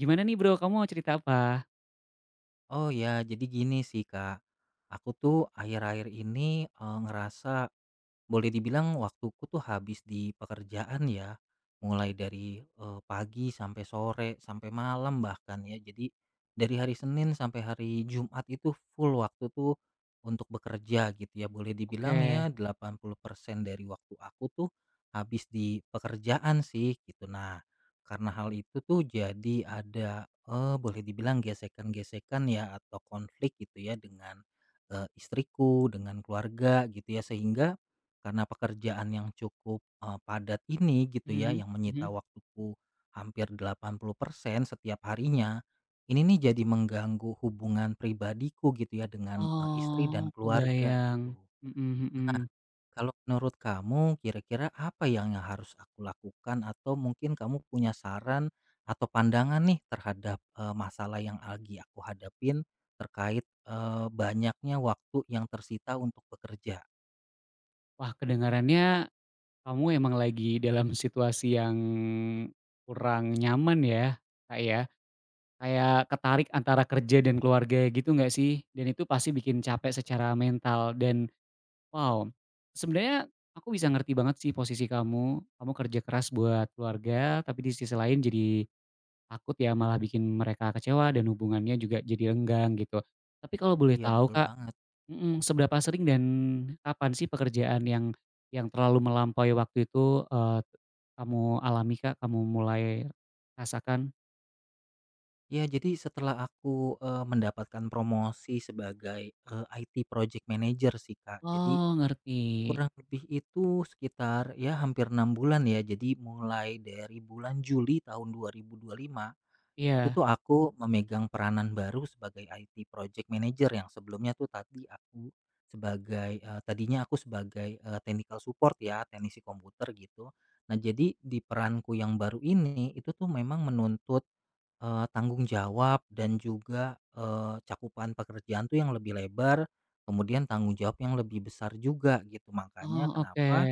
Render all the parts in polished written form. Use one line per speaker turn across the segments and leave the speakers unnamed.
Gimana nih, Bro, kamu mau cerita apa?
Oh ya, jadi gini sih Kak, aku tuh akhir-akhir ini, ngerasa, boleh dibilang waktuku tuh habis di pekerjaan ya, mulai dari, pagi sampai sore, sampai malam bahkan ya. Jadi dari hari Senin sampai hari Jumat itu full waktu tuh untuk bekerja gitu ya. Boleh dibilang
Oke,
ya 80% dari waktu aku tuh habis di pekerjaan sih gitu. Nah, karena hal itu tuh jadi ada, boleh dibilang gesekan-gesekan ya atau konflik gitu ya dengan, istriku, dengan keluarga gitu ya. Sehingga karena pekerjaan yang cukup, padat ini gitu ya,
mhm
yang menyita
mhm.
waktuku hampir 80% setiap harinya, ini nih jadi mengganggu hubungan pribadiku gitu ya dengan, istri
Oh,
dan keluarga
kebayang,
gitu.
mhm mhm.
Kalau menurut kamu kira-kira apa yang harus aku lakukan, atau mungkin kamu punya saran atau pandangan nih terhadap, masalah yang lagi aku hadapin terkait, banyaknya waktu yang tersita untuk bekerja?
Wah, kedengarannya kamu emang lagi dalam situasi yang kurang nyaman ya, Kak, ya. Kayak ketarik antara kerja dan keluarga gitu nggak sih? Dan itu pasti bikin capek secara mental dan wow, sebenarnya aku bisa ngerti banget sih posisi kamu, kamu kerja keras buat keluarga tapi di sisi lain jadi takut ya malah bikin mereka kecewa dan hubungannya juga jadi renggang gitu. Tapi kalau boleh
Iya
tahu,
betul
Kak,
banget.
mhm, seberapa sering dan kapan sih pekerjaan yang terlalu melampaui waktu itu, eee, kamu alami, Kak, kamu mulai rasakan?
Ya, jadi setelah aku, mendapatkan promosi sebagai, IT project manager sih, Kak. Jadi
Oh, ngerti,
kurang lebih itu sekitar ya hampir 6 bulan ya. Jadi mulai dari bulan Juli tahun 2025, itu
iya.
tuh aku memegang peranan baru sebagai IT project manager, yang sebelumnya tuh tadi aku sebagai, eee, tadinya aku sebagai, eee, technical support ya, teknisi komputer gitu. Nah, jadi di peranku yang baru ini itu tuh memang menuntut, tanggung jawab dan juga, cakupan pekerjaan tuh yang lebih lebar, kemudian tanggung jawab yang lebih besar juga gitu. Makanya
Oh, oke,
kenapa,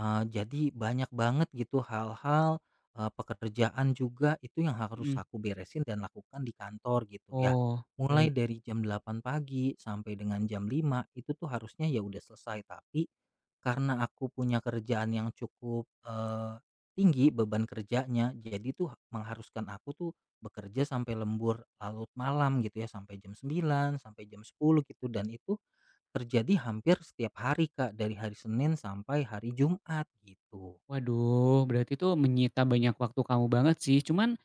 Jadi banyak banget gitu hal-hal, pekerjaan juga itu yang harus
mhm.
aku beresin dan lakukan di kantor gitu ya.
Oh, baik.
Mulai dari jam 8 pagi sampai dengan jam 5 itu tuh harusnya ya udah selesai, tapi karena aku punya kerjaan yang cukup, tinggi beban kerjanya, jadi tuh mengharuskan aku tuh bekerja sampai lembur larut malam gitu ya, sampai jam 9 sampai jam 10 gitu, dan itu terjadi hampir setiap hari, Kak, dari hari Senin sampai hari Jumat gitu.
Waduh, berarti itu menyita banyak waktu kamu banget sih. Cuman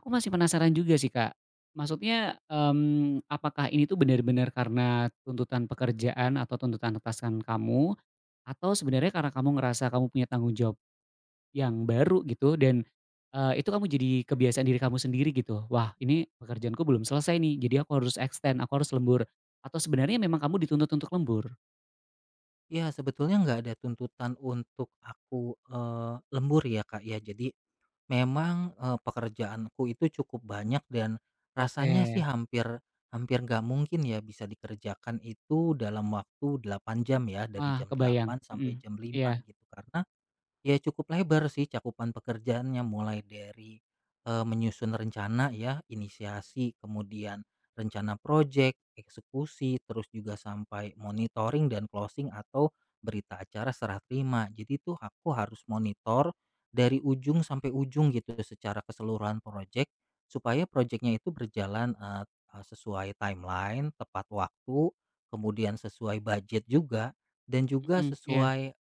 aku masih penasaran juga sih, Kak. Maksudnya, apakah ini tuh benar-benar karena tuntutan pekerjaan atau tuntutan atasan kamu, atau sebenarnya karena kamu ngerasa kamu punya tanggung jawab yang baru gitu dan, itu kamu jadi kebiasaan diri kamu sendiri gitu, "Wah, ini pekerjaanku belum selesai nih, jadi aku harus extend, aku harus lembur." Atau sebenarnya memang kamu dituntut untuk lembur?
Ya sebetulnya nggak ada tuntutan untuk aku, lembur ya, Kak, ya. Jadi memang, pekerjaanku itu cukup banyak dan
Oke.
rasanya sih hampir hampir nggak mungkin ya bisa dikerjakan itu dalam waktu 8 jam ya, dari
Ah,
jam
kebayang.
delapan
Mhm.
sampai jam
Iya.
lima gitu. Karena ya cukup lebar sih cakupan pekerjaannya, mulai dari, menyusun rencana ya, inisiasi, kemudian rencana proyek eksekusi, terus juga sampai monitoring dan closing atau berita acara serah terima. Jadi tuh aku harus monitor dari ujung sampai ujung gitu secara keseluruhan proyek supaya proyeknya itu berjalan, eee eee, sesuai timeline, tepat waktu, kemudian sesuai budget juga, dan juga
Mhm, iya.
sesuai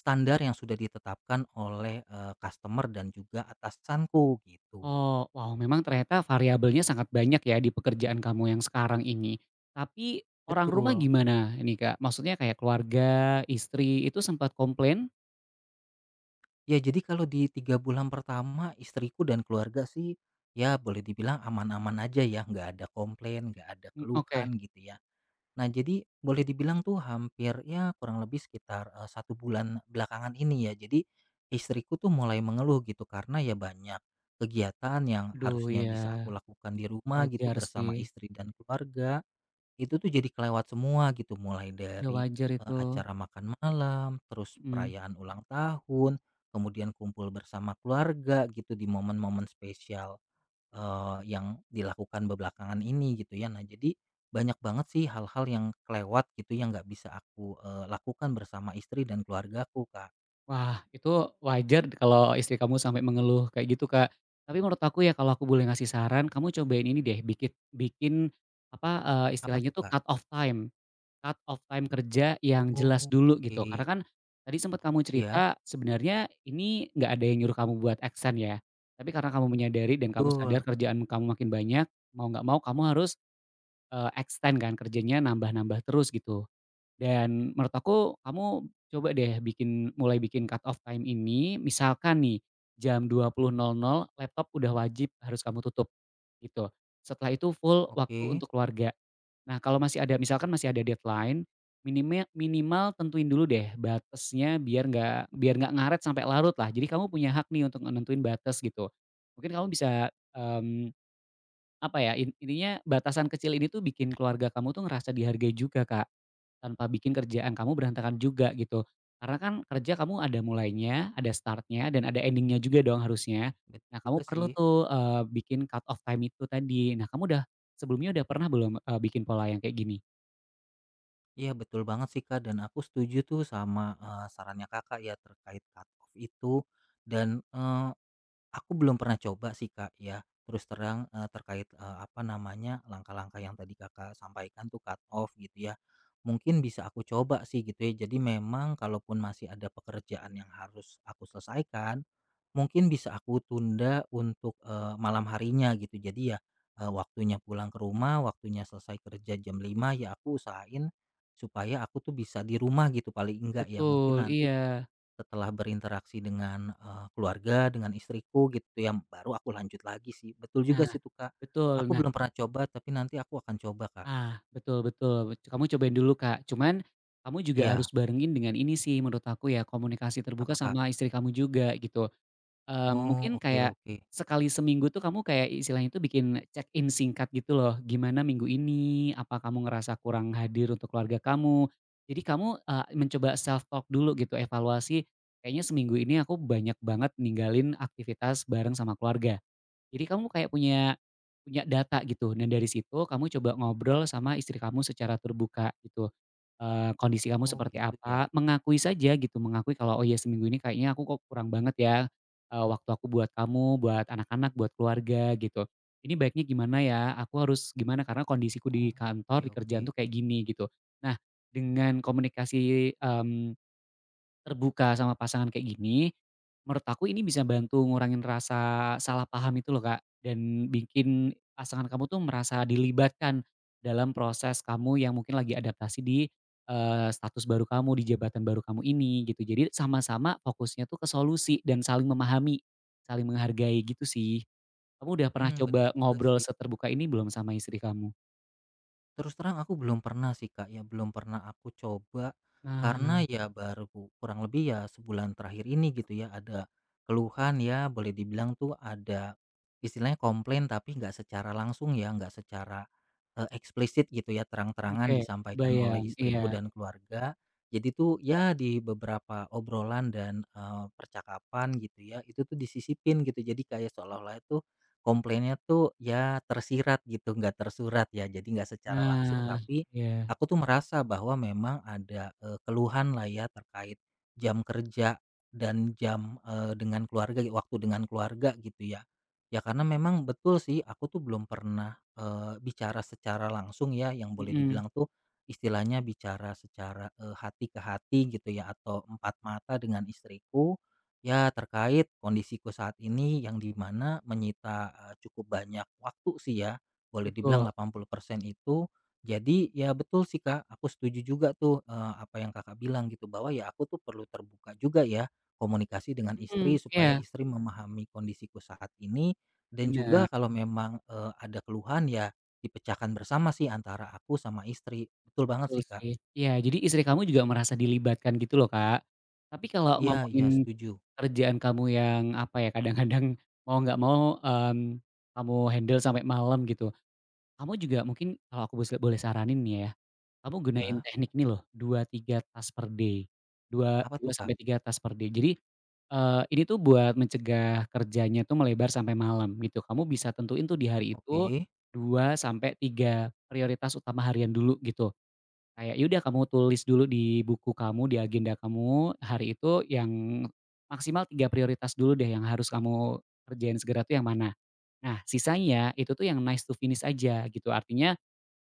standar yang sudah ditetapkan oleh, customer dan juga atasanku gitu.
Oh, wow, memang ternyata variabelnya sangat banyak ya di pekerjaan kamu yang sekarang ini. Tapi orang rumah
Betul.
gimana ini, Kak? Maksudnya kayak keluarga, istri itu sempat komplain?
Ya jadi kalau di 3 bulan pertama istriku dan keluarga sih, ya boleh dibilang aman-aman aja ya, nggak ada komplain, nggak ada
Mmm, oke.
keluhan gitu ya. Nah jadi boleh dibilang tuh hampir ya kurang lebih sekitar, 1 bulan belakangan ini ya, jadi istriku tuh mulai mengeluh gitu, karena ya banyak kegiatan yang
Aduh
harusnya
ya,
bisa aku lakukan di rumah gitu
wajar sih.
bersama istri dan keluarga. Itu tuh jadi kelewat semua gitu, mulai
Ya
dari,
wajar itu,
acara makan malam, terus
mhm.
perayaan ulang tahun, kemudian kumpul bersama keluarga gitu di momen-momen spesial, yang dilakukan bebelakangan ini gitu ya. Nah jadi banyak banget sih hal-hal yang kelewat gitu yang nggak bisa aku, lakukan bersama istri dan keluargaku, Kak.
Wah, itu wajar kalau istri kamu sampai mengeluh kayak gitu, Kak. Tapi menurut aku ya kalau aku boleh ngasih saran, kamu cobain ini deh, bikin bikin apa,
Apa
istilahnya
tuh,
tuh
Kak?
cut off time. Cut off time kerja yang jelas
Oh,
dulu gitu,
oke.
karena kan tadi sempat kamu
Iya,
cerita sebenarnya ini nggak ada yang nyuruh kamu buat aksen ya, tapi karena kamu menyadari dan kamu sadar
betul.
kerjaan kamu makin banyak, mau nggak mau kamu harus, extend kan kerjanya, nambah-nambah terus gitu. Dan menurut aku kamu coba deh bikin, mulai bikin cut off time ini, misalkan nih jam 20.00 laptop udah wajib harus kamu tutup. Gitu. Setelah itu full waktu
Oke,
untuk keluarga. Nah, kalau masih ada, misalkan masih ada deadline, minimal minimal tentuin dulu deh batasnya biar nggak ngaret sampai larut lah. Jadi kamu punya hak nih untuk nentuin batas gitu. Mungkin kamu bisa, mmm, apa ya, intinya batasan kecil ini tuh bikin keluarga kamu tuh ngerasa dihargai juga, Kak. Tanpa bikin kerjaan kamu berantakan juga gitu. Karena kan kerja kamu ada mulainya, ada startnya dan ada endingnya juga dong harusnya.
bener
Nah, kamu
juga
perlu
sih.
tuh, bikin cut off time itu tadi. Nah, kamu udah sebelumnya udah pernah belum, bikin pola yang kayak gini?
Iya betul banget sih Kak, dan aku setuju tuh sama, sarannya Kakak ya terkait cut off itu dan, aku belum pernah coba sih, Kak, ya. Terus terang, terkait, apa namanya, langkah-langkah yang tadi Kakak sampaikan tuh cut off gitu ya. Mungkin bisa aku coba sih gitu ya. Jadi memang kalaupun masih ada pekerjaan yang harus aku selesaikan, mungkin bisa aku tunda untuk, malam harinya gitu. Jadi ya, waktunya pulang ke rumah, waktunya selesai kerja jam 5 ya aku usahain supaya aku tuh bisa di rumah gitu paling enggak ya. Mungkin
Betul,
nanti
iya.
setelah berinteraksi dengan, keluarga, dengan istriku gitu ya, baru aku lanjut lagi sih. Betul juga
Nah,
sih tuh, Kak.
betul.
Aku
Nah,
belum pernah coba tapi nanti aku akan coba, Kak.
ah, betul betul. Kamu cobain dulu, Kak. Cuman kamu juga harus
Iya,
barengin dengan ini sih menurut aku ya, komunikasi terbuka
apa, Kak?
sama istri kamu juga gitu. Eee,
Oh,
mungkin
oke
kayak
oke.
sekali seminggu tuh kamu kayak istilahnya itu bikin check in singkat gitu loh, gimana minggu ini, apa kamu ngerasa kurang hadir untuk keluarga kamu. Jadi kamu, mencoba self talk dulu gitu, evaluasi, kayaknya seminggu ini aku banyak banget ninggalin aktivitas bareng sama keluarga. Jadi kamu kayak punya punya data gitu dan dari situ kamu coba ngobrol sama istri kamu secara terbuka gitu, kondisi kamu
Oh
seperti
gitu ya?
apa, mengakui saja gitu, mengakui kalau, "Oh ya, seminggu ini kayaknya aku kok kurang banget ya, waktu aku buat kamu, buat anak-anak, buat keluarga," gitu. "Ini baiknya gimana ya? Aku harus gimana karena kondisiku di
Oh, oke
kantor, di
oke.
kerjaan tuh kayak gini," gitu. Nah, dengan komunikasi, terbuka sama pasangan kayak gini, menurut aku ini bisa bantu ngurangin rasa salah paham itu loh, Kak, dan bikin pasangan kamu tuh merasa dilibatkan dalam proses kamu yang mungkin lagi adaptasi di, status baru kamu, di jabatan baru kamu ini gitu. Jadi sama-sama fokusnya tuh ke solusi dan saling memahami, saling menghargai gitu sih. Kamu udah pernah
Hmm, bener
coba
juga
ngobrol
sih.
seterbuka ini belum sama istri kamu?
Terus terang aku belum pernah sih Kak, ya belum pernah aku coba,
Nah,
karena ya baru kurang lebih ya sebulan terakhir ini gitu ya ada keluhan, ya boleh dibilang tuh ada istilahnya komplain, tapi nggak secara langsung ya, nggak secara eksplisit gitu ya, terang-terangan
oke,
disampaikan oleh
kebayang,
istriku
iya.
dan keluarga. Jadi tuh ya di beberapa obrolan dan percakapan gitu ya itu tuh disisipin gitu, jadi kayak seolah-olah itu komplainnya tuh ya tersirat gitu, nggak tersurat ya, jadi nggak secara langsung,
Nah,
tapi
iya,
aku tuh merasa bahwa memang ada, keluhan lah ya terkait jam kerja dan jam, dengan keluarga, waktu dengan keluarga gitu ya. Ya karena memang betul sih aku tuh belum pernah, bicara secara langsung ya yang boleh
mhm,
dibilang tuh istilahnya bicara secara, hati ke hati gitu ya atau empat mata dengan istriku. Ya, terkait kondisiku saat ini yang dimana menyita, cukup banyak waktu sih ya, boleh dibilang
betul.
80% itu. Jadi ya betul sih, Kak, aku setuju juga tuh, apa yang Kakak bilang gitu, bahwa ya aku tuh perlu terbuka juga ya, komunikasi dengan
Mhm,
istri supaya
iya,
istri memahami kondisiku saat ini, dan
bener,
juga kalau memang, ada keluhan ya dipecahkan bersama sih antara aku sama istri. Betul banget
betul
sih, Kak.
sih. Iya, jadi istri kamu juga merasa dilibatkan gitu loh, Kak. Tapi kalau
Iya iya,
ngomongin
setuju.
kerjaan kamu yang, apa ya, kadang-kadang mau nggak mau, mmm, kamu handle sampai malam gitu, kamu juga mungkin kalau aku bose boleh saranin nih ya, kamu gunain
Ya
teknik ini loh, 2 3 tas per day, dua
apa
dua
tuh, Kak?
sampai 3 tas per day. Jadi, ini tuh buat mencegah kerjanya tuh melebar sampai malam gitu. Kamu bisa tentuin tuh di hari itu
Oke
2 sampai 3 prioritas utama harian dulu gitu. Kayak ya udah kamu tulis dulu di buku kamu, di agenda kamu, hari itu yang maksimal 3 prioritas dulu deh yang harus kamu kerjain segera tuh yang mana. Nah, sisanya itu tuh yang nice to finish aja gitu. Artinya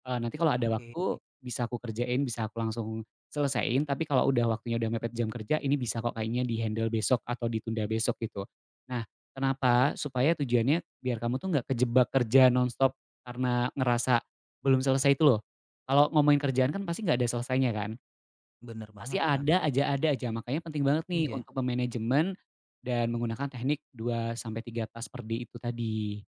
Eee, nanti kalau ada
oke.
waktu bisa aku kerjain, bisa aku langsung selesaiin, tapi kalau udah waktunya udah mepet jam kerja, ini bisa kok kayaknya di-handle besok atau ditunda besok gitu. Nah, kenapa? Supaya tujuannya biar kamu tuh nggak kejebak kerja nonstop karena ngerasa belum selesai itu loh. Kalau ngomongin kerjaan kan pasti nggak ada selesainya kan,
Bener
pasti
banget, Kak.
ada aja ada aja. Makanya penting banget nih
Iya.
untuk memanajemen dan menggunakan teknik 2 sampai 3 tas per day itu tadi.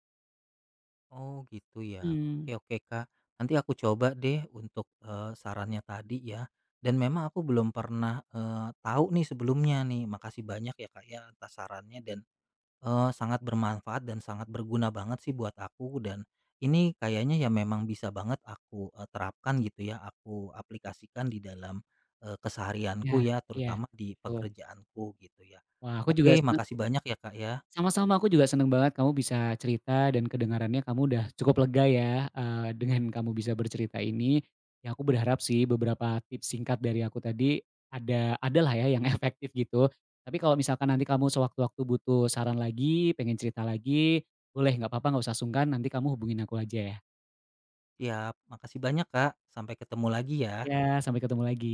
Oh, gitu ya.
Mmm.
Oke oke, Kak. Nanti aku coba deh untuk, sarannya tadi ya. Dan memang aku belum pernah, tahu nih sebelumnya nih. Makasih banyak ya, Kak, ya atas sarannya dan, sangat bermanfaat dan sangat berguna banget sih buat aku, dan ini kayaknya ya memang bisa banget aku, terapkan gitu ya, aku aplikasikan di dalam,
Iya
keseharianku ya,
iya,
terutama di
betul.
pekerjaanku gitu ya.
Wah, aku juga
Oke,
seneng.
makasih banyak ya, Kak, ya.
Sama-sama, aku juga seneng banget kamu bisa cerita dan kedengarannya kamu udah cukup lega ya, dengan kamu bisa bercerita ini. Ya aku berharap sih beberapa tips singkat dari aku tadi adalah ya yang efektif gitu. Tapi kalau misalkan nanti kamu sewaktu-waktu butuh saran lagi, pengen cerita lagi, boleh, nggak apa-apa, nggak usah sungkan, nanti kamu hubungin aku aja ya.
Siap, makasih banyak Kak. Sampai ketemu lagi ya.
Ya, sampai ketemu lagi.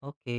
Oke.